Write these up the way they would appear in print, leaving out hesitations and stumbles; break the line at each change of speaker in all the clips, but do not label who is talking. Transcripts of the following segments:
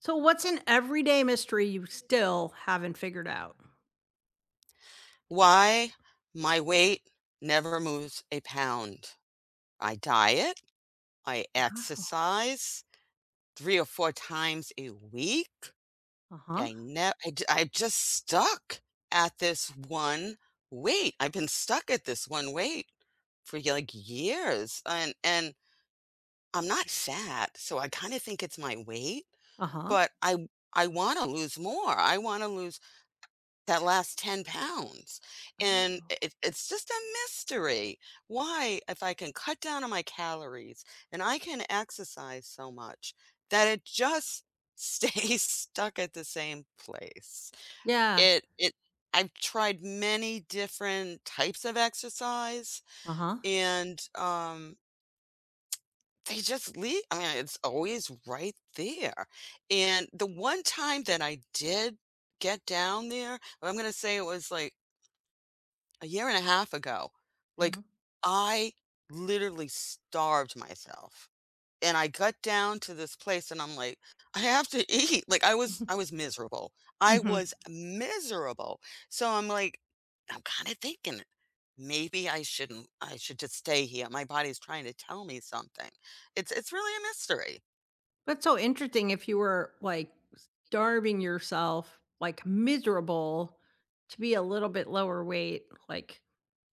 So what's an everyday mystery you still haven't figured out?
Why my weight never moves a pound. I diet, I
Wow.
exercise 3 or 4 times a week.
Uh-huh.
I never, I j I'm just stuck at this one weight. I've been stuck at this one weight for, y like, years, and I'm not fat, so I kinda think it's my weight,
Uh-huh.
but I wanna lose more. I wanna lose that last 10 pounds, and
Oh.
it's just a mystery why, if I can cut down on my calories and I can exercise so much, that it just stays stuck at the same place.
Yeah.
It I've tried many different types of exercise,
Uh-huh.
and, they just leave. I mean, it's always right there, and the one time that I did get down there, I'm gonna say it was like a year and a half ago, like
Mhm.
I literally starved myself. And I got down to this place and I'm like, I have to eat. Like I
Mhm.
was I was miserable. I
Mhm.
was miserable. So I'm like, I'm kind of thinking maybe I shouldn't I should just stay here. My body's trying to tell me something. It's really a mystery.
That's so interesting if you were, like, starving yourself, like, miserable to be a little bit lower weight, like,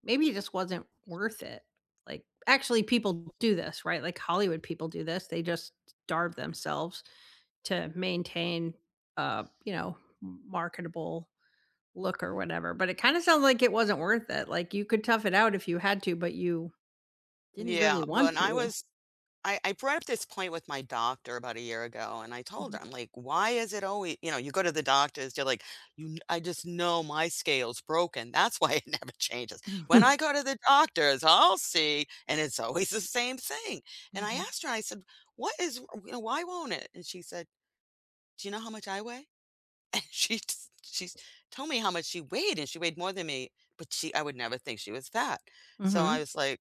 maybe it just wasn't worth it. Like, actually, people do this, right? Like, Hollywood people do this. They just starve themselves to maintain, you know, marketable look or whatever, but it kinda sounds like it wasn't worth it, like, you could tough it out if you had to, but you didn't really
Yeah.
want
When I
to.
was I brought up this point with my doctor about a year ago, and I told
Mhm.
her, I'm like, why is it always, you know, you go to the doctors, they're like, I just know my scale's broken. That's why it never changes. When I go to the doctors, I'll see, and it's always the same thing.
Mhm.
And I
Mhm.
asked her, I said, what is, you know, why won't it? And she said, do you know how much I weigh? And she told me how much she weighed, and she weighed more than me, but I would never think she was fat. So I
Mm.
was like,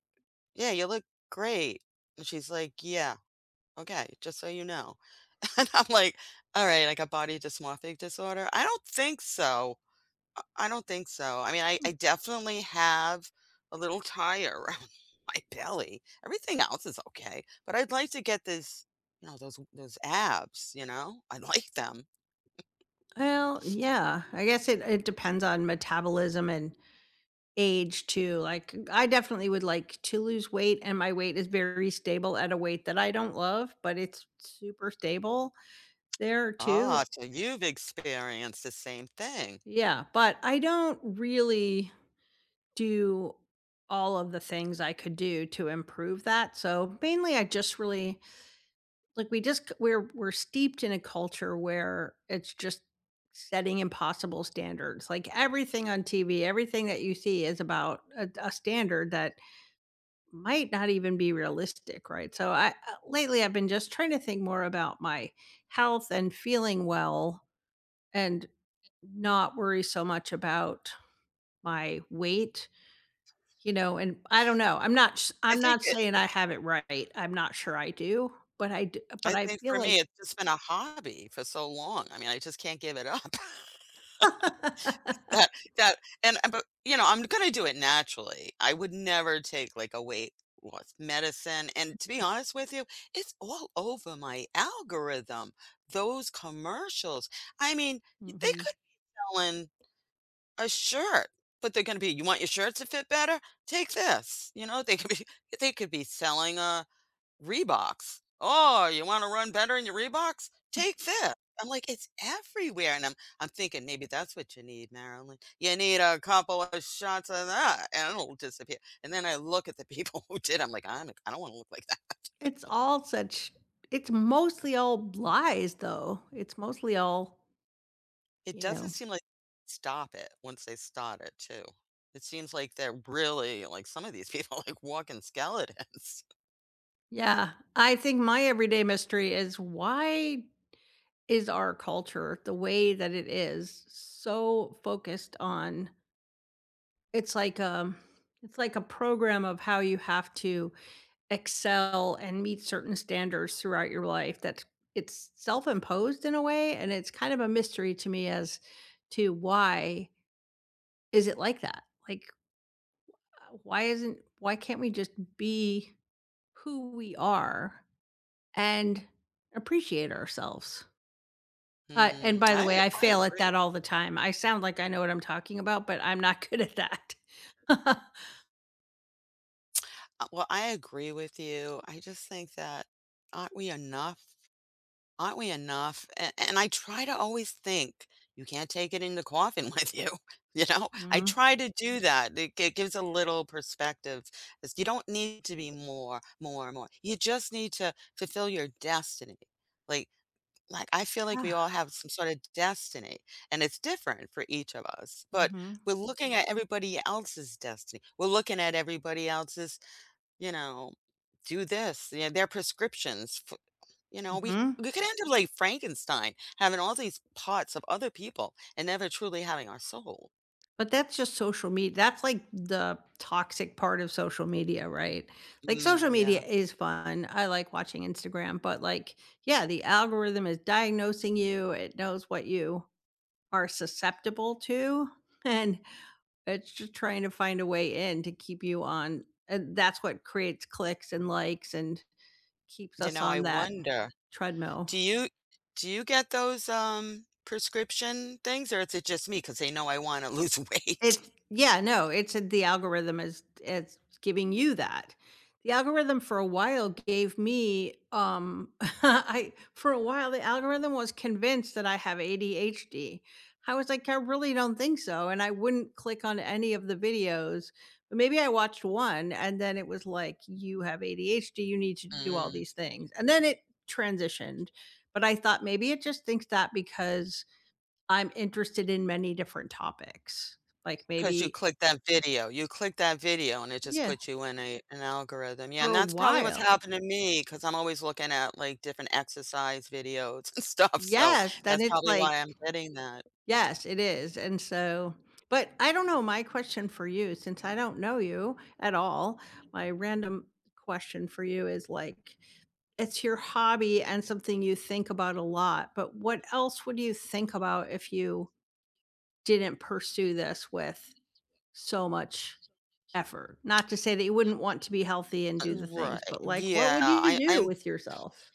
yeah, you look great. And she's like, yeah. Okay, just so you know. And I'm like, all right, like a body dysmorphic disorder? I don't think so. I don't think so. I mean, I definitely have a little tire around my belly. Everything else is okay, but I'd like to get this, you know, those abs, you know? I like them.
Well, yeah, I guess it depends on metabolism and age too, like, I definitely would like to lose weight, and my weight is very stable at a weight that I don't love, but it's super stable there too.
Ah, so you've experienced the same thing.
Yeah, but I don't really do all of the things I could do to improve that. So mainly I just really like we just we're steeped in a culture where it's just setting impossible standards. Like everything on TV, everything that you see is about a standard that might not even be realistic, right? So I lately I've been just trying to think more about my health and feeling well and not worry so much about my weight. You know, and I don't know,
I
I'm
think
not
it
saying I have it right, I'm not sure I do, but
I
I
think
feel
for
like.
me it's just been a hobby for so long. I mean, I just can't give it up. That that and but, you know, I'm gonna do it naturally. I would never take, like, a weight loss medicine, and to be honest with you, it's all over my algorithm, those commercials. I mean, they
Mhm.
could sell in a shirt, but they're gonna be, "You want your shirt to fit better? Take this." You know, they could be they could be selling a Reeboks. "Oh, you wanna run better in your Reeboks? Take this." I'm like, "It's everywhere," and I'm thinking maybe that's what you need, Marilyn. You need a couple of shots of that, and it'll disappear, and then I look at the people who did, I'm like, I don't wanna look like that."
It's all such it's mostly all lies, though. It's mostly all,
It
you
doesn't
know.
seem like stop it once they start it too. It seems like they're really like, some of these people like, walking skeletons.
Yeah, I think my everyday mystery is why is our culture the way that it is so focused on it's like, um, it's like a program of how you have to excel and meet certain standards throughout your life. That it's self-imposed in a way and it's kind of a mystery to me as to why is it like that, like, why can't we just be who we are and appreciate ourselves.
Hmm,
And by the way,
I
I
I
fail at
agree.
that all the time. I sound like I know what I'm talking about but I'm not good at that.
Well, I agree with you. I just think that aren't we enough? Aren't we enough? And I try to always think, "You can't take it in the coffin with you," you know? I
Mhm.
try to do that. It gives a little perspective, 'cause you don't need to be more, more, more. You just need to fulfill your destiny. Like like, I feel like we
Yeah.
all have some sort of destiny, and it's different for each of us, but
Hmm.
we're looking at everybody else's destiny. We're looking at everybody else's, you know, "Do this," you know, their prescriptions you know, we
Hmm.
we could end up like Frankenstein, having all these parts of other people and never truly having our soul.
But that's just social media. That's like the toxic part of social media, right? Like
Mm,
social media
yeah.
is fun. I like watching Instagram, but like, yeah, the algorithm is diagnosing you. It knows what you are susceptible to. And it's just trying to find a way in to keep you on. And that's what creates clicks and likes and keeps
You
us
know, I
on that
wonder,
treadmill.
do you do you get those prescription things or is it just me? Because they know I want to lose weight?
It's yeah, no, it's the algorithm is it's giving you that. The algorithm for a while gave me, I for a while the algorithm was convinced that I have ADHD. I was like, I really don't think so, and I wouldn't click on any of the videos. But maybe I watched one, and then it was like, you have ADHD, you need to do all
Mm.
these things, and then it transitioned. But I thought maybe it just thinks that because I'm interested in many different topics, like
'Cause you
maybe,
click that video. You click that video, and it just
yeah,
puts you in a an algorithm. Yeah,
for
and
a
that's probably what's
while.
happened to me. Because 'cause I'm always looking at, like, different exercise videos and stuff, so
Yes, then
that's
it's
probably why
like
I'm getting that.
yes, it is, and so but I don't know, my question for you, since I don't know you at all, my random question for you is, like, it's your hobby and something you think about a lot, but what else would you think about if you didn't pursue this with so much effort. Not to say that you wouldn't want to be healthy and do the things,
Right.
but, like, what
Yeah,
would you
I
do
I'm
with yourself?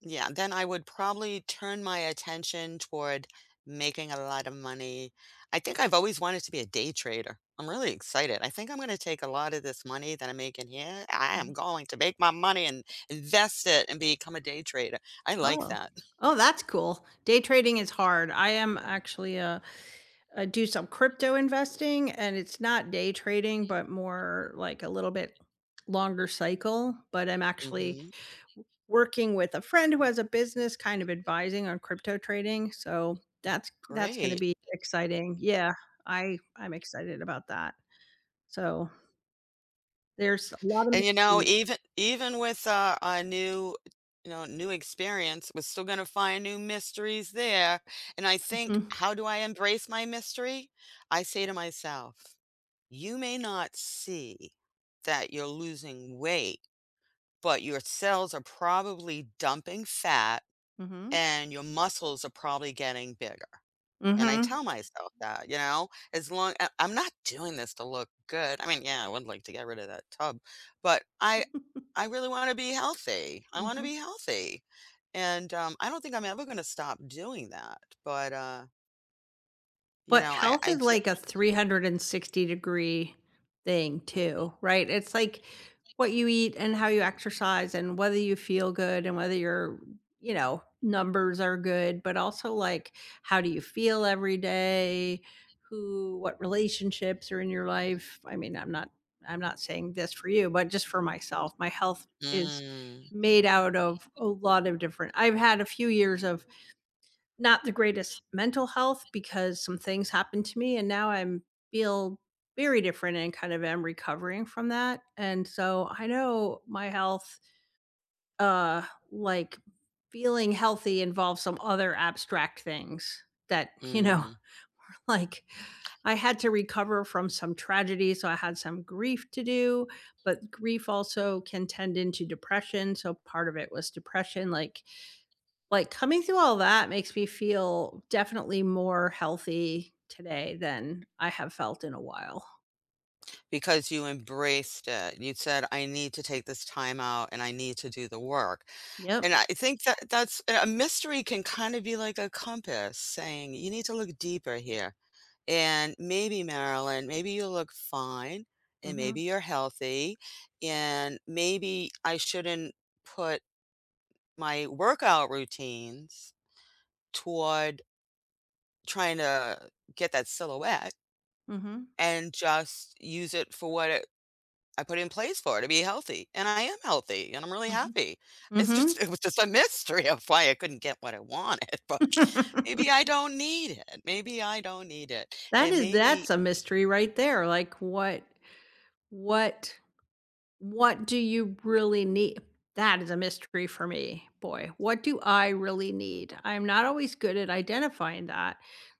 yeah, then I would probably turn my attention toward making a lot of money. I think I've always wanted to be a day trader. I'm really excited. I think I'm going to take a lot of this money that I'm making here. I
Mhm.
am going to make my money and invest it and become a day trader. I like
Oh.
that.
Oh, that's cool. Day trading is hard. I am actually, do some crypto investing, and it's not day trading, but more like a little bit longer cycle, but I'm actually
hmm
working with a friend who has a business kind of advising on crypto trading, so that's gonna
Great.
be exciting. Yeah, I'm excited about that. So there's a lot of
And
mysteries.
even with a new experience, we're still going to find new mysteries there. And I think,
Mhm,
how do I embrace my mystery? I say to myself, you may not see that you're losing weight, but your cells are probably dumping fat
mhm,
and your muscles are probably getting bigger. And I
mhm,
tell myself that, as long I'm not doing this to look good. I mean, yeah, I would like to get rid of that tub, but I
mhm.
I really want to be healthy. I want to be healthy. And I don't think I'm ever going to stop doing that. But,
But
I,
health
I
is
just,
like a 360 degree thing too, right? It's like what you eat and how you exercise and whether you feel good and whether your, you know, numbers are good, but also like how do you feel every day? Who what relationships are in your life? I mean, I'm not saying this for you, but just for myself, my health is
mm,
made out of a lot of different. I've had a few years of not the greatest mental health because some things happened to me and now I'm feel very different and kind of am recovering from that. And so I know my health, uh, like, feeling healthy involves some other abstract things that, you know,
mm.
like I had to recover from some tragedy. So I had some grief to do, but grief also can tend into depression. So part of it was depression. Like, coming through all that makes me feel definitely more healthy today than I have felt in a while.
because you embraced it. You said, I need to take this time out and I need to do the work. And
Yep.
I think that that's a mystery can kind of be like a compass saying, you need to look deeper here. And maybe, Marilyn, maybe you look fine and
Mhm.
maybe you're healthy. And maybe I shouldn't put my workout routines toward trying to get that silhouette
Mhm.
and just use it for what it, I put in place for to be healthy. And I am healthy and I'm really happy.
Mhm.
It's just,
Mhm.
it was just a mystery of why I couldn't get what I wanted, but maybe I don't need it. Maybe I don't need it. And maybe,
That's a mystery right there, like, what what do you really need? That is a mystery for me, boy. What do I really need? I'm not always good at identifying that.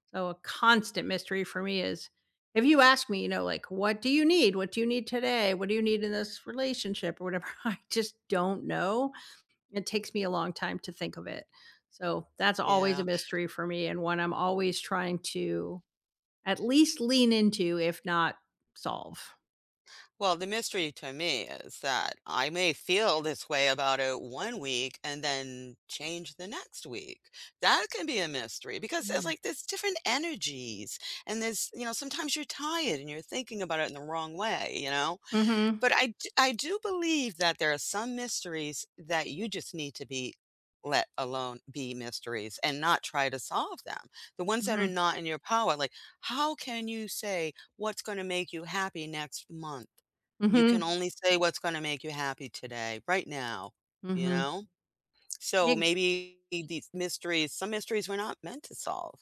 So a constant mystery for me is if you ask me, you know, like, what do you need? What do you need today? What do you need in this relationship or whatever? I just don't know. It takes me a long time to think of it. So that's always
yeah.
a mystery for me and one I'm always trying to at least lean into, if not solve.
Well, the mystery to me is that I may feel this way about it one week and then change the next week. That can be a mystery because it's
Mm.
like there's different energies and there's, you know, sometimes you're tired and you're thinking about it in the wrong way, you know?
Mhm.
But I do believe that there are some mysteries that you just need to be let alone be mysteries and not try to solve them. The ones that are
Mhm.
not in your power, like, how can you say what's gonna make you happy next month? You can
Mhm.
only say what's gonna make you happy today, right now, you
Mhm.
know? So
Big.
maybe these mysteries some mysteries we're not meant to solve.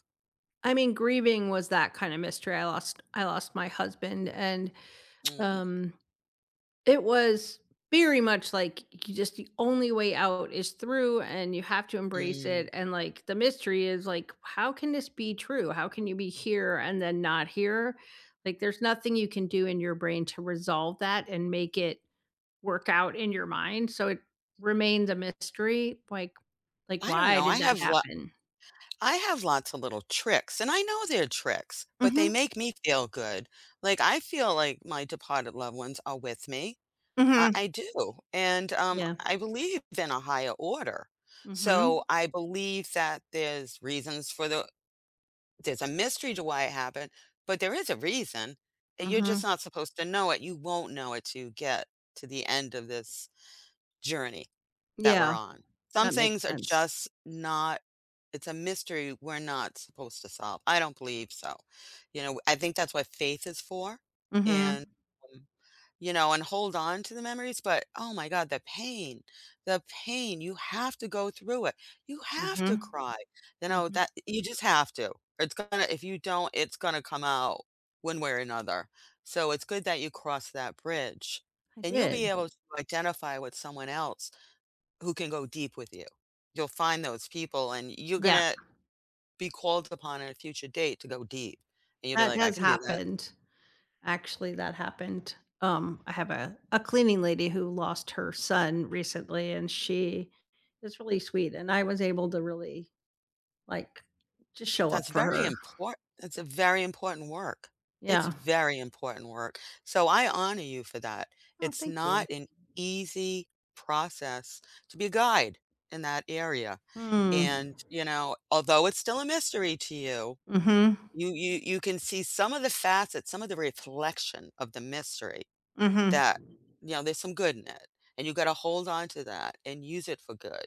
I mean, grieving was that kind of mystery. I lost my husband and,
Mm, mm,
um it was very much like you just the only way out is through and you have to embrace it,
mm.
and, like, the mystery is, like, how can this be true? How can you be here and then not here? Like, there's nothing you can do in your brain to resolve that and make it work out in your mind, so it remains a mystery, like,
I don't
why
know, I
did that
have
happen?
I have lots of little tricks, and I know they're tricks, but they
Mhm,
make me feel good. Like, I feel like my departed loved ones are with me. I
mhm.
do. And
Yeah.
I believe in a higher order. So
Mhm,
I believe that there's reasons there's a mystery to why it happened, but there is a reason. And you're just
mhm.
not supposed to know it. You won't know it till you get to the end of this journey that we're
Yeah,
on. Some
that makes
things are
sense.
just not it's a mystery we're not supposed to solve. I don't believe so. You know, I think that's what faith is for and,
Mhm,
um, and hold on to the memories, but, oh my god, the pain, you have to go through it. You have to
mhm.
cry. You know,
Mhm.
that you just have to. It's gonna If you don't, it's gonna come out one way or another. So it's good that you cross that bridge,
I
and you'll be
did.
able to identify with someone else who can go deep with you. You'll find those people and you're
Yeah.
gonna be called upon at a future date to go deep. And you'll be
That
like, I
has
can do that.
happened. Actually, that happened. I have a cleaning lady who lost her son recently, and she is really sweet, and I was able to really, like, just show
That's
up for
very
her.
important. That's a very important work. It's
Yeah.
very important work. So I honor you for that.
Oh,
It's
thank
not
you.
an easy process to be a guide in that area. And,
Mm.
although it's still a mystery to you,
Mhm.
you can see some of the facets, some of the reflection of the mystery
Mhm.
that, there's some good in it, and you gotta hold on to that and use it for good.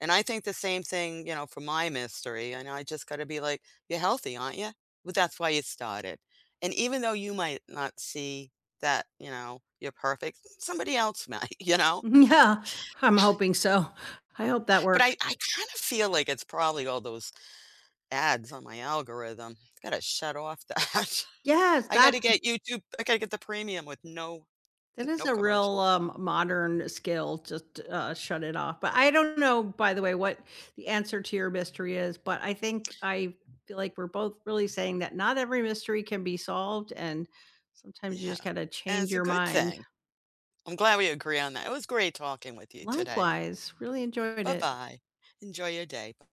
And I think the same thing, for my mystery, and I just gotta be like, "You're healthy, aren't you? Well, that's why you started." And even though you might not see that, you're perfect, somebody else might, you know?
Yeah, I'm hoping so. I hope that
But
works.
I kinda feel like it's probably all those ads on my algorithm. Gotta shut off that.
Yes, that
I gotta get the premium with no
that is
no
a real,
commercials.
modern skill, just, shut it off, but I don't know, by the way, what the answer to your mystery is, but I think I feel like we're both really saying that not every mystery can be solved, and sometimes you
Yeah,
just gotta
and
change
it's a
your
good
mind.
thing. I'm glad we agree on that. It was great talking with you today.
Likewise, really enjoyed it.
Bye-bye. Enjoy your day.